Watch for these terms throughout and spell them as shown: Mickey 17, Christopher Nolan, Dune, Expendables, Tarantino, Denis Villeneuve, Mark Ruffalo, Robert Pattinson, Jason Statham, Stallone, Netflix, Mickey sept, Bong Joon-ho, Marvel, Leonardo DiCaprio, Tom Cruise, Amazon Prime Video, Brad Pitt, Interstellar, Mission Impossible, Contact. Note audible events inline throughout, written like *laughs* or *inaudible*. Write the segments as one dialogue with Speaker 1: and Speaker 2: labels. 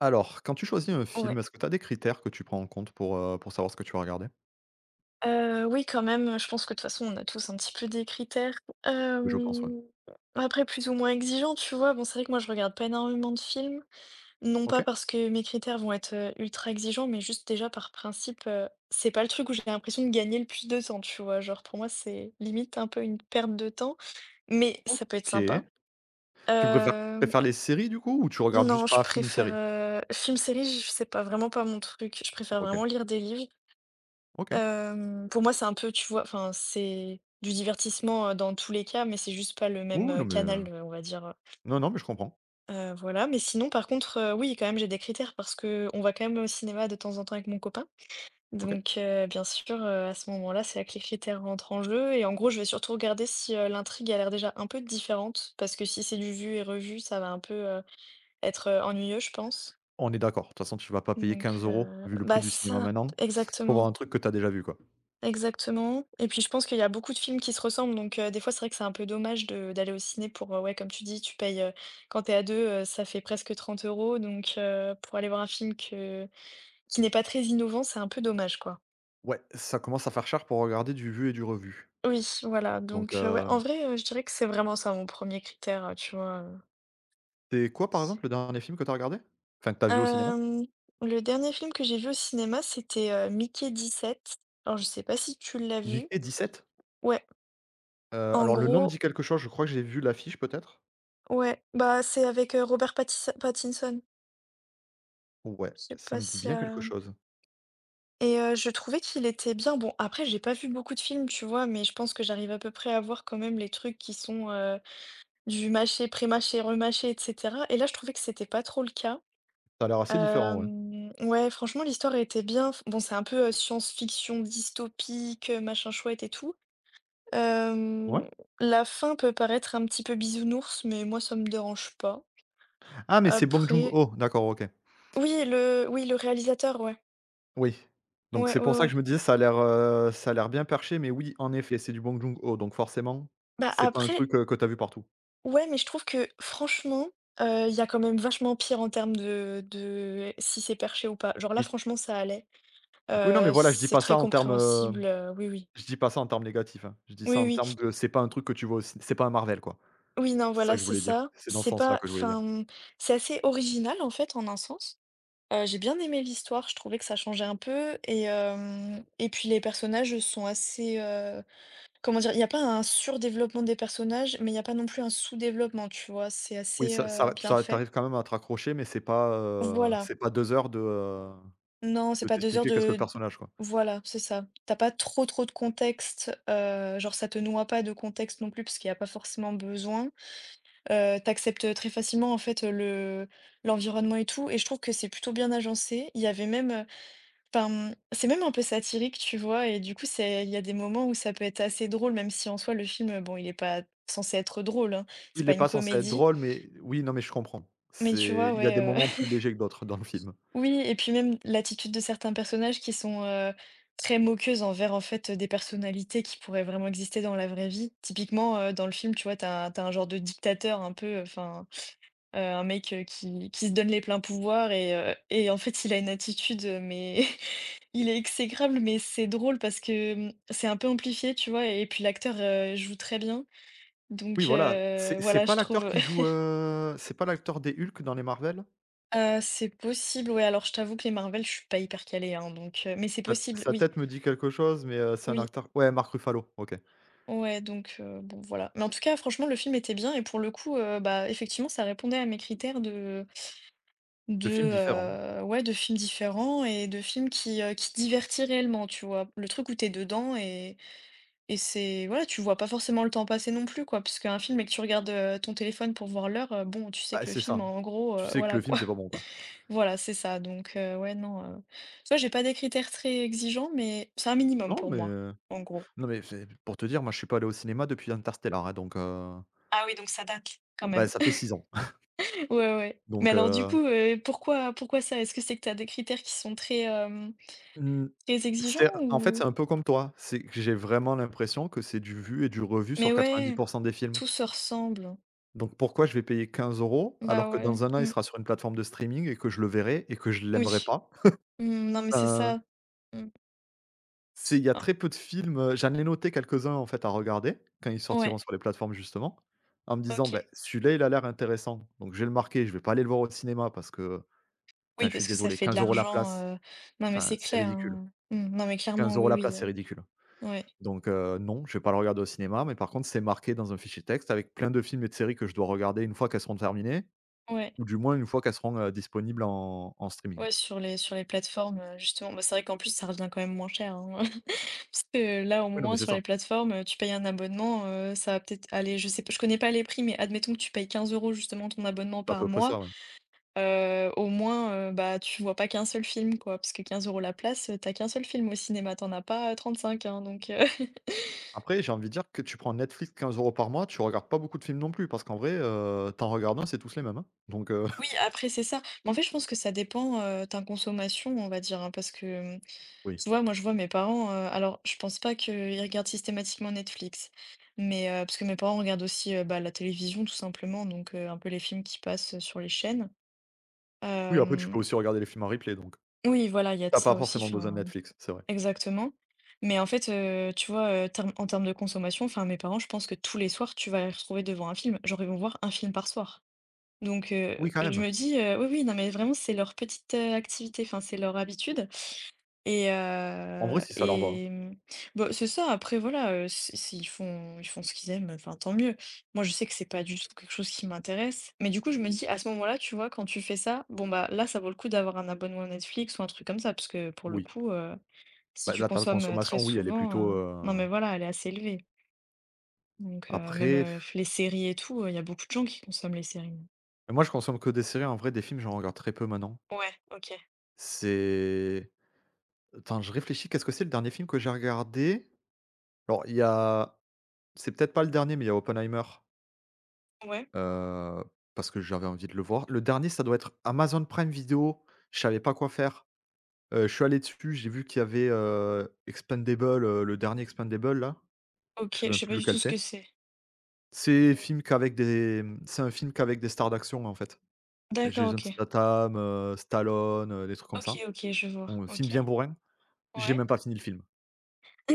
Speaker 1: Alors, quand tu choisis un film,
Speaker 2: Ouais.
Speaker 1: est-ce que tu as des critères que tu prends en compte pour savoir ce que tu vas regarder?
Speaker 2: Oui, quand même, je pense que de toute façon, on a tous un petit peu des critères,
Speaker 1: Oui, je pense, ouais.
Speaker 2: hem, après plus ou moins exigeants, tu vois? Bon, c'est vrai que moi, je regarde pas énormément de films, non pas
Speaker 1: OK.
Speaker 2: parce que mes critères vont être, ultra exigeants, mais juste déjà par principe, c'est pas le truc où j'ai l'impression de gagner le plus de temps, tu vois? Genre pour moi, c'est limite un peu une perte de temps, mais ça peut être sympa.
Speaker 1: OK. Tu préfères
Speaker 2: Hem,
Speaker 1: préfères les séries du coup ou tu regardes
Speaker 2: non,
Speaker 1: juste
Speaker 2: je
Speaker 1: pas film,
Speaker 2: préfère,
Speaker 1: série?
Speaker 2: film, série, je sais pas, vraiment pas mon truc. Je préfère
Speaker 1: OK.
Speaker 2: vraiment lire des livres.
Speaker 1: OK.
Speaker 2: Pour moi, c'est un peu, tu vois, enfin, c'est du divertissement, dans tous les cas, mais c'est juste pas le
Speaker 1: Oui,
Speaker 2: même,
Speaker 1: oui, non mais,
Speaker 2: canal, on va dire,
Speaker 1: non, non, mais je comprends.
Speaker 2: voilà. Mais sinon, par contre, oui, quand même, j'ai des critères parce que on va quand même au cinéma de temps en temps avec mon copain.
Speaker 1: OK.
Speaker 2: Donc, bien sûr, à ce moment-là, c'est là que les critères rentrent en jeu et en gros, je vais surtout regarder si, l'intrigue a l'air déjà un peu différente parce que si c'est du vu et revu, ça va un peu, être, ennuyeux, je pense.
Speaker 1: On est d'accord. De toute façon, tu vas pas payer
Speaker 2: Donc,
Speaker 1: 15 € vu le
Speaker 2: bah,
Speaker 1: prix du cinéma
Speaker 2: ça,
Speaker 1: maintenant pour
Speaker 2: exactement.
Speaker 1: voir un truc que tu as déjà vu, quoi.
Speaker 2: Exactement et puis je pense qu'il y a beaucoup de films qui se ressemblent donc, des fois, c'est vrai que c'est un peu dommage de d'aller au ciné pour, ouais, comme tu dis, tu payes, quand t'es à deux, ça fait presque 30 euros donc, pour aller voir un film que qui n'est pas très innovant, c'est un peu dommage, quoi.
Speaker 1: Ouais, ça commence à faire cher pour regarder du vu et du revu.
Speaker 2: Oui, voilà
Speaker 1: Donc,
Speaker 2: donc, ouais, en vrai, je dirais que c'est vraiment ça mon premier critère, tu vois?
Speaker 1: c'est quoi, par exemple, le dernier film que t'as regardé? Enfin, que t'as vu au cinéma?
Speaker 2: Hem, le dernier film que j'ai vu au cinéma, c'était, Mickey 7. Alors je sais pas si tu l'as vu?
Speaker 1: Mickey 17?
Speaker 2: Ouais,
Speaker 1: Heu,
Speaker 2: en
Speaker 1: alors le nom me
Speaker 2: gros,
Speaker 1: dit quelque chose, je crois que j'ai vu l'affiche peut-être?
Speaker 2: ouais, bah, c'est avec, Robert Pattis Pattinson.
Speaker 1: Ouais,
Speaker 2: Je sais
Speaker 1: ça
Speaker 2: pas
Speaker 1: me dit
Speaker 2: si,
Speaker 1: bien quelque chose.
Speaker 2: et je trouvais qu'il était bien. Bon, après, j'ai pas vu beaucoup de films, tu vois? Mais je pense que j'arrive à peu près à voir quand même les trucs qui sont, du mâché, pré-mâché, remâché et cetera et là, je trouvais que c'était pas trop le cas.
Speaker 1: Ça a l'air assez différent, ouais.
Speaker 2: Ouais, franchement, l'histoire était bien. F Bon, c'est un peu, science-fiction dystopique, machin chouette et tout.
Speaker 1: Ouais?
Speaker 2: Hem, la fin peut paraître un petit peu bisounours, mais moi, ça me dérange pas.
Speaker 1: Ah, mais c'est Bong
Speaker 2: Après,
Speaker 1: Joon-ho, d'accord, OK.
Speaker 2: oui, le réalisateur, ouais.
Speaker 1: Oui. Donc
Speaker 2: Ouais,
Speaker 1: c'est
Speaker 2: ouais,
Speaker 1: pour ça
Speaker 2: ouais.
Speaker 1: que je me disais ça a l'air bien perché, mais oui, en effet, c'est du Bong Joon-ho, donc forcément,
Speaker 2: Bah,
Speaker 1: c'est pas un
Speaker 2: après.
Speaker 1: truc, que t'as vu partout.
Speaker 2: Ouais, mais je trouve que franchement, il y a quand même vachement pire en termes de si c'est perché ou pas. Genre là,
Speaker 1: Oui.
Speaker 2: franchement, ça allait.
Speaker 1: Oui, non, mais voilà, je dis
Speaker 2: C'est
Speaker 1: pas
Speaker 2: très
Speaker 1: ça en termes,
Speaker 2: compréhensible, oui, oui.
Speaker 1: je dis pas ça en termes négatifs, hein. Je dis ça
Speaker 2: Oui,
Speaker 1: en
Speaker 2: oui.
Speaker 1: termes de c'est pas un truc que tu vois au c'est pas un Marvel, quoi.
Speaker 2: Oui, non,
Speaker 1: C'est ça
Speaker 2: voilà,
Speaker 1: que je
Speaker 2: c'est
Speaker 1: voulais dire.
Speaker 2: ça.
Speaker 1: C'est dans ce
Speaker 2: C'est
Speaker 1: sens-là
Speaker 2: pas,
Speaker 1: que je voulais dire.
Speaker 2: enfin, c'est assez original, en fait, en un sens. J'ai bien aimé l'histoire, je trouvais que ça changeait un peu et puis les personnages sont assez, comment dire? Il y a pas un surdéveloppement des personnages, mais il y a pas non plus un sous-développement, tu vois? C'est
Speaker 1: Oui,
Speaker 2: assez,
Speaker 1: ça ça tu
Speaker 2: bien
Speaker 1: a
Speaker 2: fait.
Speaker 1: arrives quand même à te raccrocher, mais c'est pas, heu,
Speaker 2: Voilà.
Speaker 1: c'est pas 2 heures de, heu,
Speaker 2: Non, c'est
Speaker 1: de
Speaker 2: pas 2 heures
Speaker 1: t'expliquer qu'est-ce que le
Speaker 2: de.
Speaker 1: personnage, quoi.
Speaker 2: Voilà, c'est ça. T'as pas trop, trop de contexte, genre ça te noie pas de contexte non plus parce qu'il y a pas forcément besoin. Tu très facilement en fait, le l'environnement et tout et je trouve que c'est plutôt bien agencé. Il y avait même, enfin, c'est même un peu satirique, tu vois? Et du coup, c'est il y a des moments où ça peut être assez drôle, même si en soi le film, bon il est pas censé être drôle, hein,
Speaker 1: Oui,
Speaker 2: c'est
Speaker 1: il
Speaker 2: pas
Speaker 1: est
Speaker 2: une
Speaker 1: pas censé être
Speaker 2: comédie.
Speaker 1: drôle, mais oui, non, mais je comprends.
Speaker 2: Mais tu
Speaker 1: C'est
Speaker 2: vois,
Speaker 1: il y a des
Speaker 2: ouais.
Speaker 1: moments plus légers que d'autres *laughs* dans le film.
Speaker 2: Oui et puis même l'attitude de certains personnages qui sont, très moqueuses envers, en fait, des personnalités qui pourraient vraiment exister dans la vraie vie. Typiquement, dans le film, tu vois, t'as as tu un genre de dictateur un peu, enfin, un mec, qui se donne les pleins pouvoirs et en fait il a une attitude, mais *laughs* il est exécrable, mais c'est drôle parce que, c'est un peu amplifié, tu vois? Et puis l'acteur, joue très bien.
Speaker 1: Oui,
Speaker 2: Donc,
Speaker 1: voilà, c'est
Speaker 2: voilà,
Speaker 1: pas
Speaker 2: je
Speaker 1: l'acteur
Speaker 2: trouve,
Speaker 1: qui joue,
Speaker 2: *laughs*
Speaker 1: c'est pas l'acteur des Hulk dans les Marvel?
Speaker 2: c'est possible, ouais. Alors je t'avoue que les Marvel, je suis pas hyper calée, hein, donc, mais c'est
Speaker 1: Sa
Speaker 2: possible,
Speaker 1: sa
Speaker 2: oui,
Speaker 1: tête me dit quelque chose, mais, c'est un
Speaker 2: oui.
Speaker 1: acteur ouais, Mark Ruffalo, OK.
Speaker 2: Ouais, donc, bon, voilà. Mais en tout cas, franchement, le film était bien et pour le coup, bah, effectivement, ça répondait à mes critères de
Speaker 1: 2 films
Speaker 2: de,
Speaker 1: différents.
Speaker 2: ouais, de films différents et de films qui divertit réellement, tu vois? Le truc où t'es dedans et c'est, voilà, tu vois pas forcément le temps passer non plus, quoi. Parce qu'un film et que tu regardes, ton téléphone pour voir l'heure, bon, tu sais
Speaker 1: Bah,
Speaker 2: que le
Speaker 1: c'est
Speaker 2: film,
Speaker 1: ça.
Speaker 2: en gros,
Speaker 1: Tu sais que
Speaker 2: voilà,
Speaker 1: le film,
Speaker 2: quoi.
Speaker 1: c'est pas
Speaker 2: *laughs*
Speaker 1: bon, quoi.
Speaker 2: Voilà, c'est ça, donc, ouais, non, tu vois, j'ai pas des critères très exigeants, mais c'est un minimum
Speaker 1: Non
Speaker 2: pour
Speaker 1: mais,
Speaker 2: moi,
Speaker 1: heu,
Speaker 2: en gros.
Speaker 1: non mais c'est pour te dire, moi je suis pas allé au cinéma depuis Interstellar, hein, donc
Speaker 2: Ah oui, donc ça date quand
Speaker 1: bah,
Speaker 2: même.
Speaker 1: ça fait 6 ans. *laughs*
Speaker 2: Ouais, ouais. Mais
Speaker 1: Donc
Speaker 2: alors du
Speaker 1: heu,
Speaker 2: coup, pourquoi ça? Est-ce que c'est que tu as des critères qui sont très,
Speaker 1: mmh,
Speaker 2: très exigeants
Speaker 1: c'est en fait,
Speaker 2: ou?
Speaker 1: c'est un peu comme toi, c'est que j'ai vraiment l'impression que c'est du vu et du revu
Speaker 2: Mais
Speaker 1: sur 90
Speaker 2: ouais,
Speaker 1: des films.
Speaker 2: tout se ressemble.
Speaker 1: Donc pourquoi je vais payer 15 €
Speaker 2: Bah,
Speaker 1: alors que
Speaker 2: ouais.
Speaker 1: dans un an, il
Speaker 2: Mmh.
Speaker 1: sera sur une plateforme de streaming et que je le verrai et que je l'aimerai
Speaker 2: Oui.
Speaker 1: pas?
Speaker 2: Mmh, non, mais c'est
Speaker 1: Heu,
Speaker 2: ça. Mmh.
Speaker 1: c'est il y a
Speaker 2: Ah,
Speaker 1: très peu de films, j'en ai noté quelques-uns en fait à regarder quand ils
Speaker 2: ouais,
Speaker 1: sortiront sur les plateformes justement, en me disant: «Beh,
Speaker 2: OK.
Speaker 1: celui-là, il a l'air intéressant, donc je vais le marquer, je vais pas aller le voir au cinéma parce que» Enfin,
Speaker 2: Oui,
Speaker 1: je suis
Speaker 2: parce que ça
Speaker 1: désolé,
Speaker 2: fait de
Speaker 1: quinze euros la
Speaker 2: l'argent,
Speaker 1: place,
Speaker 2: non, mais
Speaker 1: enfin,
Speaker 2: c'est
Speaker 1: c'est
Speaker 2: clair,
Speaker 1: ridicule.
Speaker 2: hein, mmh, non, mais
Speaker 1: 15
Speaker 2: clairement,
Speaker 1: euros
Speaker 2: oui,
Speaker 1: la
Speaker 2: oui,
Speaker 1: place, c'est ridicule.
Speaker 2: ouais,
Speaker 1: Donc, non, je vais pas le regarder au cinéma, mais par contre, c'est marqué dans un fichier texte avec plein de films et de séries que je dois regarder une fois qu'elles seront terminées
Speaker 2: ouais,
Speaker 1: ou du moins une fois qu'elles seront, disponibles en streaming.
Speaker 2: ouais, sur les plateformes, justement, bah, c'est vrai qu'en plus ça revient quand même moins cher, hein. Parce que là, au
Speaker 1: Oui, non,
Speaker 2: moins,
Speaker 1: mais c'est
Speaker 2: sur les
Speaker 1: ça,
Speaker 2: plateformes, tu payes un abonnement, ça va peut-être aller, je sais p je connais pas les prix, mais admettons que tu payes 15 euros justement ton abonnement
Speaker 1: c'est à
Speaker 2: par
Speaker 1: peu près
Speaker 2: mois,
Speaker 1: ça, ouais.
Speaker 2: au moins, bah, tu vois pas qu'un seul film, quoi. Parce que 15 euros la place, tu qu'un seul film au cinéma, t'en as pas, 35, hein, donc, *laughs*
Speaker 1: Après, j'ai envie de dire que tu prends Netflix 15 € par mois, tu regardes pas beaucoup de films non plus parce qu'en vrai, tu regardes un, c'est tous les mêmes, hein. Donc,
Speaker 2: oui,
Speaker 1: *laughs*
Speaker 2: après, c'est ça. Mais en fait, je pense que ça dépend, ta consommation, on va dire, hein, parce que,
Speaker 1: oui.
Speaker 2: tu vois, moi, je vois mes parents, alors je pense pas qu'ils regardent systématiquement Netflix, mais, parce que mes parents regardent aussi, bah, la télévision tout simplement, donc, un peu les films qui passent, sur les chaînes.
Speaker 1: Oui, après, tu
Speaker 2: Hem,
Speaker 1: peux aussi regarder les films en replay, donc
Speaker 2: oui, voilà, il y a de
Speaker 1: t'as pas
Speaker 2: ça aussi,
Speaker 1: forcément besoin de
Speaker 2: enfin,
Speaker 1: Netflix, c'est vrai.
Speaker 2: exactement. Mais en fait, tu vois, term en termes de consommation, enfin, mes parents, je pense que tous les soirs, tu vas les retrouver devant un film. Genre, ils vont voir un film par soir. Donc,
Speaker 1: Oui, quand
Speaker 2: je
Speaker 1: même.
Speaker 2: me dis, oui, oui, non, mais vraiment, c'est leur petite, activité, enfin, c'est leur habitude. Et
Speaker 1: En vrai,
Speaker 2: heu
Speaker 1: si ça leur va, hein.
Speaker 2: et mmh, bah, c'est ça, après voilà, si s'ils font ce qu'ils aiment, enfin, tant mieux. Moi, je sais que c'est pas du tout quelque chose qui m'intéresse, mais du coup, je me dis à ce moment-là, tu vois, quand tu fais ça, bon, bah, là, ça vaut le coup d'avoir un abonnement Netflix ou un truc comme ça, parce que pour le
Speaker 1: Oui.
Speaker 2: coup, si
Speaker 1: Bah,
Speaker 2: tu
Speaker 1: là, ta
Speaker 2: consommes, très
Speaker 1: consommation, oui, elle est
Speaker 2: souvent,
Speaker 1: plutôt,
Speaker 2: non, mais voilà, elle est assez élevée. Donc, même,
Speaker 1: après f
Speaker 2: les séries et tout, il y a beaucoup de gens qui consomment les séries.
Speaker 1: moi, je consomme que des séries, en vrai, des films, j'en regarde très peu maintenant.
Speaker 2: Ouais, OK.
Speaker 1: C'est attends, je réfléchis, qu'est-ce que c'est le dernier film que j'ai regardé? Alors, il y a c'est peut-être pas le dernier, mais il y a Oppenheimer,
Speaker 2: Ouais,
Speaker 1: heu, parce que j'avais envie de le voir. Le dernier, ça doit être Amazon Prime Video, je savais pas quoi faire. Je suis allé dessus, j'ai vu qu'il y avait, Expendables, le dernier Expendables, là, je
Speaker 2: OK,
Speaker 1: sais
Speaker 2: je
Speaker 1: même
Speaker 2: sais
Speaker 1: plus
Speaker 2: pas du
Speaker 1: lequel
Speaker 2: tout ce que
Speaker 1: c'est.
Speaker 2: c'est.
Speaker 1: C'est film qu'avec des, mmh, c'est un film qu'avec des stars d'action, en fait.
Speaker 2: D'accord,
Speaker 1: Jason
Speaker 2: OK.
Speaker 1: Statham, Stallone, des trucs comme
Speaker 2: OK,
Speaker 1: ça.
Speaker 2: OK, je vois.
Speaker 1: Bon, film
Speaker 2: OK.
Speaker 1: bien bourrin. J'ai
Speaker 2: Ouais.
Speaker 1: même pas fini le film.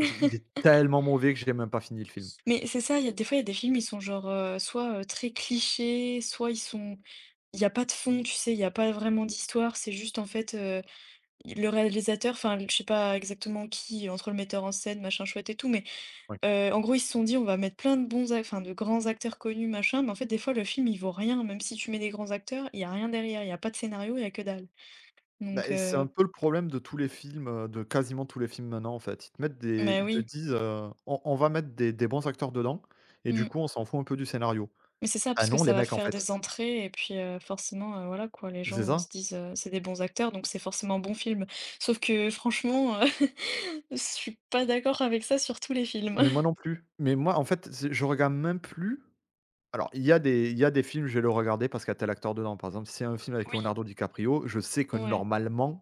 Speaker 1: C'est il est tellement mauvais que j'ai même pas fini le film.
Speaker 2: Mais c'est ça, il y a des fois, il y a des films, ils sont genre, soit, très clichés, soit ils sont il y a pas de fond, tu sais? Il y a pas vraiment d'histoire, c'est juste, en fait, le réalisateur, enfin, je sais pas exactement qui, entre le metteur en scène, machin chouette et tout, mais,
Speaker 1: Ouais.
Speaker 2: en gros, ils se sont dit: «On va mettre plein de bons ac enfin, de grands acteurs connus, machin», mais en fait, des fois, le film, il vaut rien, même si tu mets des grands acteurs, il y a rien derrière, il y a pas de scénario, il y a que dalle.
Speaker 1: Bah,
Speaker 2: Donc,
Speaker 1: c'est un peu le problème de tous les films, de quasiment tous les films maintenant, en fait.
Speaker 2: mais,
Speaker 1: Ils te
Speaker 2: oui.
Speaker 1: disent, «On va mettre des bons acteurs dedans et du
Speaker 2: Mmh.
Speaker 1: coup, on s'en fout un peu du scénario».
Speaker 2: Mais c'est ça,
Speaker 1: Ah
Speaker 2: parce que
Speaker 1: non,
Speaker 2: ça
Speaker 1: les
Speaker 2: va
Speaker 1: mecs, en
Speaker 2: faire
Speaker 1: fait.
Speaker 2: des entrées et puis, forcément, voilà, quoi, les
Speaker 1: C'est
Speaker 2: gens, se
Speaker 1: ça.
Speaker 2: disent, «C'est des bons acteurs, donc c'est forcément un bon film». Sauf que franchement, *laughs* je suis pas d'accord avec ça sur tous les films.
Speaker 1: Mais moi non
Speaker 2: *laughs*
Speaker 1: plus. Mais moi, en fait, c'est je regarde même plus. Alors, il y a des films, je vais le regarder parce qu'il y a tel acteur dedans. Par exemple, si c'est un film avec
Speaker 2: Oui.
Speaker 1: Leonardo DiCaprio, je sais que
Speaker 2: Ouais,
Speaker 1: normalement,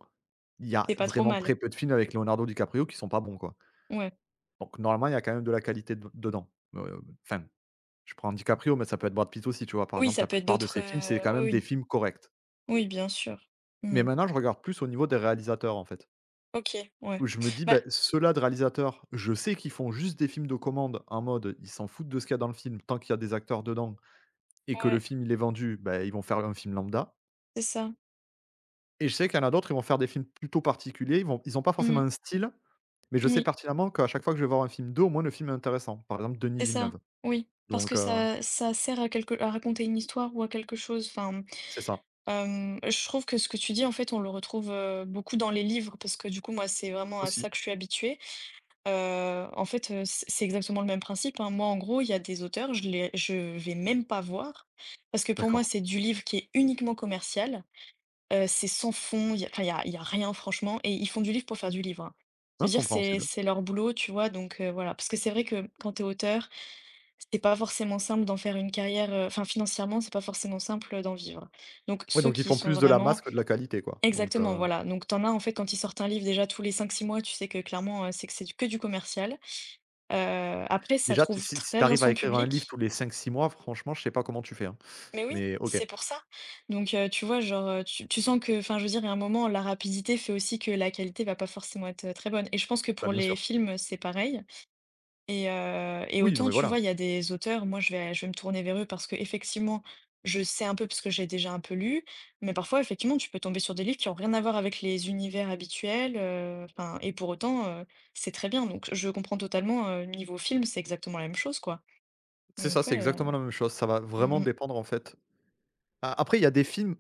Speaker 1: il y a
Speaker 2: c'est pas trop
Speaker 1: vraiment
Speaker 2: mal.
Speaker 1: très peu de films avec Leonardo DiCaprio qui sont pas bons, quoi.
Speaker 2: Ouais.
Speaker 1: Donc normalement, il y a quand même de la qualité de dedans. Enfin, je prends DiCaprio, mais ça peut être Brad Pitt aussi, tu vois? Par
Speaker 2: Oui,
Speaker 1: exemple,
Speaker 2: ça
Speaker 1: la
Speaker 2: peut être
Speaker 1: plupart de
Speaker 2: d'autres,
Speaker 1: ces films, c'est quand
Speaker 2: oui,
Speaker 1: même des
Speaker 2: oui.
Speaker 1: films corrects.
Speaker 2: Oui, bien sûr.
Speaker 1: Mais
Speaker 2: Mmh.
Speaker 1: maintenant, je regarde plus au niveau des réalisateurs, en fait,
Speaker 2: OK, ouais.
Speaker 1: où je me dis:
Speaker 2: Bah,
Speaker 1: ben ceux-là de réalisateurs, je sais qu'ils font juste des films de commande en mode, ils s'en foutent de ce qu'il y a dans le film, tant qu'il y a des acteurs dedans et que le
Speaker 2: ouais,
Speaker 1: film, il est vendu, ben ils vont faire un film lambda».
Speaker 2: c'est ça.
Speaker 1: Et je sais qu'il y en a d'autres, ils vont faire des films plutôt particuliers, ils ont pas forcément
Speaker 2: Mmh.
Speaker 1: un style, mais je sais
Speaker 2: Oui,
Speaker 1: pertinemment qu'à chaque fois que je vais voir un film d'eux, au moins le film est intéressant. Par exemple, Denis
Speaker 2: c'est ça.
Speaker 1: Villeneuve.
Speaker 2: Oui, parce
Speaker 1: Donc
Speaker 2: que
Speaker 1: heu,
Speaker 2: ça sert à quelque à raconter une histoire ou à quelque chose, enfin.
Speaker 1: c'est ça.
Speaker 2: Je trouve que ce que tu dis, en fait, on le retrouve, beaucoup dans les livres parce que, du coup, moi, c'est vraiment à ça
Speaker 1: Aussi?
Speaker 2: que je suis habituée. En fait, c'est exactement le même principe, hein. Moi, en gros, il y a des auteurs, je vais même pas voir parce que, pour moi,
Speaker 1: D'accord.
Speaker 2: c'est du livre qui est uniquement commercial. C'est sans fond, il y a enfin, il y a rien, franchement, et ils font du livre pour faire du livre, hein. Je
Speaker 1: Hein,
Speaker 2: veux dire, c'est
Speaker 1: compréhensible.
Speaker 2: c'est leur boulot, tu vois? Donc voilà. Parce que c'est vrai que quand t'es auteur, c'est pas forcément simple d'en faire une carrière, enfin, financièrement, c'est pas forcément simple, d'en vivre. Donc
Speaker 1: Oui.
Speaker 2: ceux
Speaker 1: Donc ils
Speaker 2: qui
Speaker 1: font
Speaker 2: sont
Speaker 1: plus de la
Speaker 2: vraiment,
Speaker 1: masse que de la qualité, quoi. Donc
Speaker 2: exactement,
Speaker 1: heu,
Speaker 2: voilà. Donc, t'en as, en fait, quand ils sortent un livre déjà tous les cinq six mois, tu sais que clairement, c'est que que du commercial. Après, ça
Speaker 1: déjà t
Speaker 2: trouve
Speaker 1: si si
Speaker 2: très
Speaker 1: tu
Speaker 2: bien
Speaker 1: arrives à
Speaker 2: son
Speaker 1: écrire un livre
Speaker 2: public.
Speaker 1: tous les 5, 6 mois, franchement, je sais pas comment tu fais, hein.
Speaker 2: Mais oui,
Speaker 1: Mais OK,
Speaker 2: c'est pour ça. Donc, tu vois, genre, tu sens que enfin, je veux dire, à un moment, la rapidité fait aussi que la qualité va pas forcément être, très bonne. Et je pense que
Speaker 1: bah,
Speaker 2: pour
Speaker 1: bien
Speaker 2: les
Speaker 1: sûr.
Speaker 2: films, c'est pareil. Et
Speaker 1: Oui, non,
Speaker 2: autant,
Speaker 1: mais
Speaker 2: tu vois,
Speaker 1: voilà.
Speaker 2: il y a des auteurs, moi je vais me tourner vers eux parce que effectivement je sais un peu parce que j'ai déjà un peu lu, mais parfois effectivement, tu peux tomber sur des livres qui ont rien à voir avec les univers habituels, enfin, et pour autant, c'est très bien, donc je comprends totalement, niveau film, c'est exactement la même chose, quoi.
Speaker 1: C'est ça,
Speaker 2: Donc
Speaker 1: c'est
Speaker 2: ouais,
Speaker 1: exactement la même chose. Ça va vraiment
Speaker 2: mmh mh.
Speaker 1: dépendre, en fait. A après, il y a des films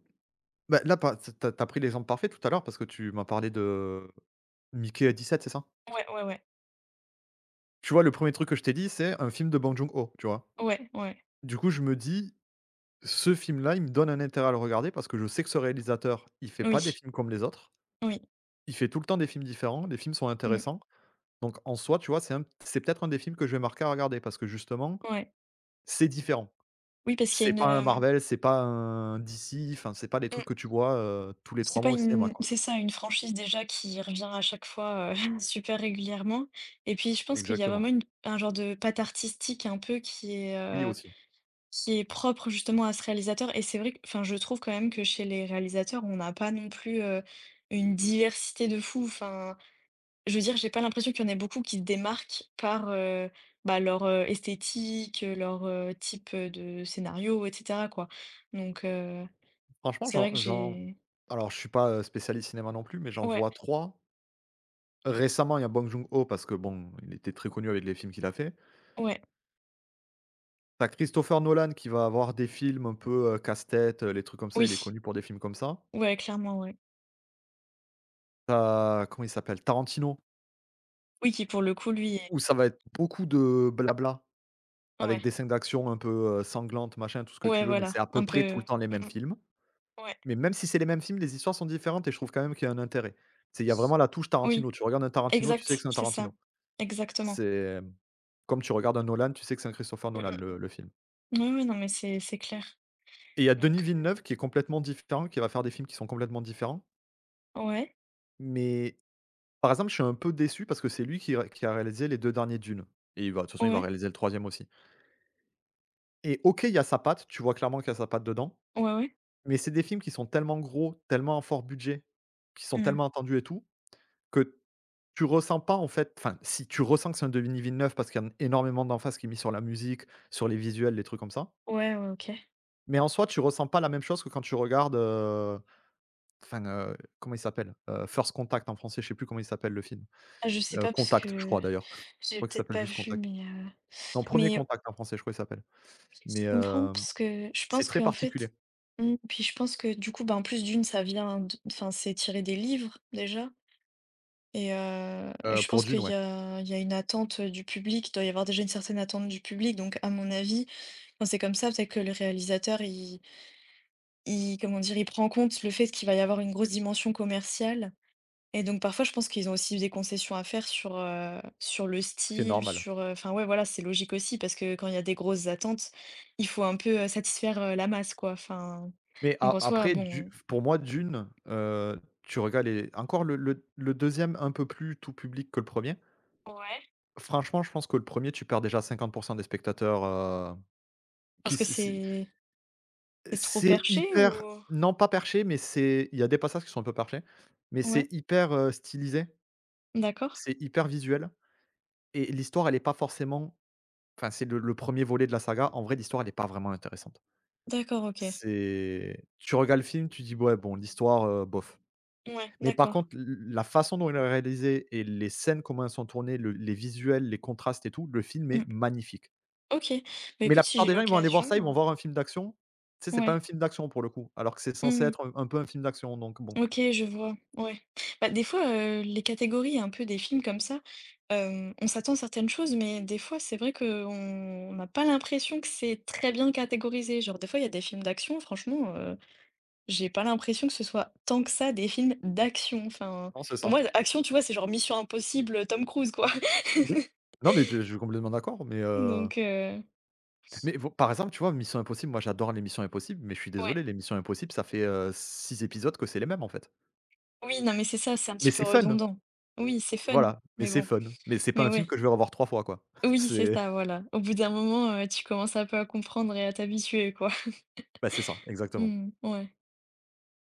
Speaker 1: bah, là, par tu as pris l'exemple parfait tout à l'heure parce que tu m'as parlé de Mickey à 17. C'est ça?
Speaker 2: Ouais, ouais, ouais.
Speaker 1: Tu vois, le premier truc que je t'ai dit, c'est un film de Bong Joon-ho, tu vois?
Speaker 2: Ouais, ouais.
Speaker 1: Du coup, je me dis: «Ce film-là, il me donne un intérêt à le regarder» parce que je sais que ce réalisateur, il fait pas des
Speaker 2: Oui,
Speaker 1: films comme les autres.
Speaker 2: oui,
Speaker 1: Il fait tout le temps des films différents, les films sont
Speaker 2: mmh,
Speaker 1: intéressants. Donc en soi, tu vois, c'est peut-être un des films que je vais marquer à regarder parce que justement,
Speaker 2: ouais.
Speaker 1: c'est différent.
Speaker 2: Oui, parce qu'il
Speaker 1: C'est
Speaker 2: y
Speaker 1: pas
Speaker 2: a
Speaker 1: un
Speaker 2: une,
Speaker 1: Marvel, c'est pas un DC, enfin, c'est pas des trucs
Speaker 2: hem.
Speaker 1: que tu vois, tous les trois
Speaker 2: C'est pas
Speaker 1: mois au cinéma,
Speaker 2: une,
Speaker 1: quoi.
Speaker 2: c'est ça, une franchise déjà qui revient à chaque fois, *laughs* super régulièrement, et puis je pense qu'il y a vraiment
Speaker 1: Exactement.
Speaker 2: une un genre de patte artistique un peu
Speaker 1: Oui, aussi.
Speaker 2: qui est propre justement à ce réalisateur, et c'est vrai que enfin je trouve quand même que chez les réalisateurs, on n'a pas non plus, une diversité de fou. Enfin, je veux dire, j'ai pas l'impression qu'il y en ait beaucoup qui se démarquent par, bah, leur, esthétique, leur, type, de scénario et cetera quoi. Donc
Speaker 1: Franchement,
Speaker 2: c'est vrai
Speaker 1: j'en
Speaker 2: que
Speaker 1: j'en
Speaker 2: j'ai
Speaker 1: alors je suis pas, spécialiste cinéma non plus, mais j'en
Speaker 2: ouais,
Speaker 1: vois trois. Récemment, il y a Bong Joon-ho parce que bon, il était très connu avec les films qu'il a fait.
Speaker 2: ouais,
Speaker 1: T'as Christopher Nolan qui va avoir des films un peu, casse-tête, les trucs comme ça, il est
Speaker 2: oui.
Speaker 1: connu pour des films comme ça.
Speaker 2: Ouais, clairement, ouais.
Speaker 1: T'as comment il s'appelle? Tarantino,
Speaker 2: Oui, qui pour le coup, lui est
Speaker 1: où ça va être beaucoup de blabla avec
Speaker 2: ouais,
Speaker 1: des scènes d'action un peu, sanglantes, machin, tout ce que tu
Speaker 2: ouais,
Speaker 1: veux, mais
Speaker 2: voilà,
Speaker 1: c'est à peu
Speaker 2: un
Speaker 1: près tout
Speaker 2: peu
Speaker 1: le temps les mêmes
Speaker 2: mmh
Speaker 1: films.
Speaker 2: mh, ouais.
Speaker 1: Mais même si c'est les mêmes films, les histoires sont différentes et je trouve quand même qu'il y a un intérêt. C'est il y a vraiment la touche
Speaker 2: Oui,
Speaker 1: Tarantino. Tu regardes un Tarantino, tu sais que
Speaker 2: exact,
Speaker 1: c'est un
Speaker 2: c'est ça,
Speaker 1: Tarantino.
Speaker 2: exactement.
Speaker 1: C'est, comme tu regardes un Nolan, tu sais que c'est un Christopher
Speaker 2: Mmh
Speaker 1: Nolan,
Speaker 2: mh, mmh.
Speaker 1: le film.
Speaker 2: Oui, oui, non, mais c'est clair.
Speaker 1: Et il y a Denis
Speaker 2: Donc
Speaker 1: Villeneuve qui est complètement différent, qui va faire des films qui sont complètement différents.
Speaker 2: ouais,
Speaker 1: Mais par exemple, je suis un peu déçu parce que c'est lui qui a réalisé les 2 derniers Dune et il va de toute façon, il va
Speaker 2: ouais,
Speaker 1: réaliser le troisième aussi. Et OK, il y a sa patte, tu vois clairement qu'il y a sa patte dedans,
Speaker 2: ouais, ouais.
Speaker 1: mais c'est des films qui sont tellement gros, tellement à fort budget, qui sont
Speaker 2: Mmh.
Speaker 1: tellement attendus et tout, que tu ressens pas en fait enfin, si, tu ressens que c'est un Denis Villeneuve parce qu'il y a énormément d'emphase qui est mis sur la musique, sur les visuels, les trucs comme ça.
Speaker 2: Ouais, ouais, OK.
Speaker 1: Mais en soi, tu ressens pas la même chose que quand tu regardes, Enfin, comment il s'appelle? First Contact en français, je sais plus comment il s'appelle le film.
Speaker 2: Ah, je sais pas parce
Speaker 1: Contact, je
Speaker 2: que
Speaker 1: crois d'ailleurs. *laughs*
Speaker 2: j'ai
Speaker 1: Je crois qu'il
Speaker 2: peut-être
Speaker 1: s'appelle
Speaker 2: pas
Speaker 1: juste
Speaker 2: vu,
Speaker 1: Contact. Non, Premier
Speaker 2: mais
Speaker 1: Contact en français, je crois qu'il s'appelle. Mais,
Speaker 2: je comprends parce que je
Speaker 1: c'est
Speaker 2: pense
Speaker 1: très
Speaker 2: que en
Speaker 1: particulier,
Speaker 2: fait, mmh, puis je pense que du coup, bah, en plus d'une ça vient d enfin, c'est tiré des livres déjà. Et je
Speaker 1: pour
Speaker 2: pense qu'
Speaker 1: Dune, ouais,
Speaker 2: il y a une attente, du public. Il doit y avoir déjà une certaine attente du public, donc à mon avis, quand c'est comme ça, peut-être que le réalisateur, il comment dire? Il prend en compte le fait qu'il va y avoir une grosse dimension commerciale et donc parfois, je pense qu'ils ont aussi des concessions à faire sur, sur le
Speaker 1: ce qui est
Speaker 2: style,
Speaker 1: normal.
Speaker 2: sur, enfin, ouais, voilà, c'est logique aussi parce que quand il y a des grosses attentes, il faut un peu, satisfaire, la masse, quoi. Enfin,
Speaker 1: Mais
Speaker 2: donc
Speaker 1: a
Speaker 2: en soi,
Speaker 1: après
Speaker 2: bon,
Speaker 1: du
Speaker 2: heu.
Speaker 1: pour moi Dune, tu regardes les encore le 2 un peu plus tout public que le premier.
Speaker 2: Ouais.
Speaker 1: Franchement, je pense que le premier, tu perds déjà 50% des spectateurs, qui
Speaker 2: Parce que
Speaker 1: s
Speaker 2: c'est trop
Speaker 1: c'est
Speaker 2: perché ou?
Speaker 1: hyper Non pas perché, mais c'est il y a des passages qui sont un peu perchés, mais c'est
Speaker 2: Ouais,
Speaker 1: hyper, stylisé.
Speaker 2: d'accord.
Speaker 1: C'est hyper visuel et l'histoire, elle est pas forcément enfin, c'est le 1er volet de la saga. En vrai, l'histoire, elle est pas vraiment intéressante.
Speaker 2: D'accord, OK.
Speaker 1: C'est tu regardes le film, tu dis: «Ouais, bon, l'histoire, bof».
Speaker 2: Ouais,
Speaker 1: Mais par
Speaker 2: d'accord.
Speaker 1: contre, l la façon dont il a réalisé et les scènes, comment elles sont tournées, le les visuels, les contrastes et tout, le film est
Speaker 2: Mmh.
Speaker 1: magnifique.
Speaker 2: OK. Bah,
Speaker 1: Mais
Speaker 2: écoute,
Speaker 1: la
Speaker 2: si
Speaker 1: plupart
Speaker 2: j'ai
Speaker 1: des gens, ils vont aller voir
Speaker 2: l'occasion,
Speaker 1: ça, ils
Speaker 2: heu.
Speaker 1: vont voir un film d'action. Tu sais, c'est pas
Speaker 2: Ouais.
Speaker 1: un film d'action pour le coup, alors que c'est censé
Speaker 2: Mmh.
Speaker 1: être un peu un film d'action, donc bon.
Speaker 2: OK, je vois, ouais. Bah, des fois, les catégories un peu des films comme ça, hem, on s'attend à certaines choses, mais des fois, c'est vrai qu'on n'a pas l'impression que c'est très bien catégorisé. Genre, des fois, il y a des films d'action, franchement, j'ai pas l'impression que ce soit tant que ça des films d'action. Enfin,
Speaker 1: Non, c'est
Speaker 2: pour moi,
Speaker 1: ça.
Speaker 2: action, tu vois, c'est genre Mission Impossible, Tom Cruise, quoi.
Speaker 1: Oui.
Speaker 2: *laughs*
Speaker 1: Non, mais je suis complètement d'accord.
Speaker 2: Donc
Speaker 1: Mais vo par exemple, tu vois, Mission Impossible, moi j'adore les Missions Impossibles, mais je suis
Speaker 2: ouais.
Speaker 1: désolé, les Missions Impossibles, ça fait, 6 épisodes que c'est les mêmes, en fait.
Speaker 2: Oui, non, mais c'est ça, c'est un
Speaker 1: Mais
Speaker 2: petit peu
Speaker 1: c'est fun!
Speaker 2: redondant. Oui, c'est fun,
Speaker 1: Voilà, mais
Speaker 2: mais
Speaker 1: c'est
Speaker 2: bon,
Speaker 1: fun. Mais c'est pas
Speaker 2: mais
Speaker 1: un film
Speaker 2: ouais.
Speaker 1: que je vais revoir 3 fois, quoi. *laughs*
Speaker 2: Oui, c'est
Speaker 1: C'est
Speaker 2: ça, voilà. Au bout d'un moment, tu commences un peu à comprendre et à t'habituer, quoi. *laughs*
Speaker 1: bah, c'est ça, exactement.
Speaker 2: Mmh, ouais.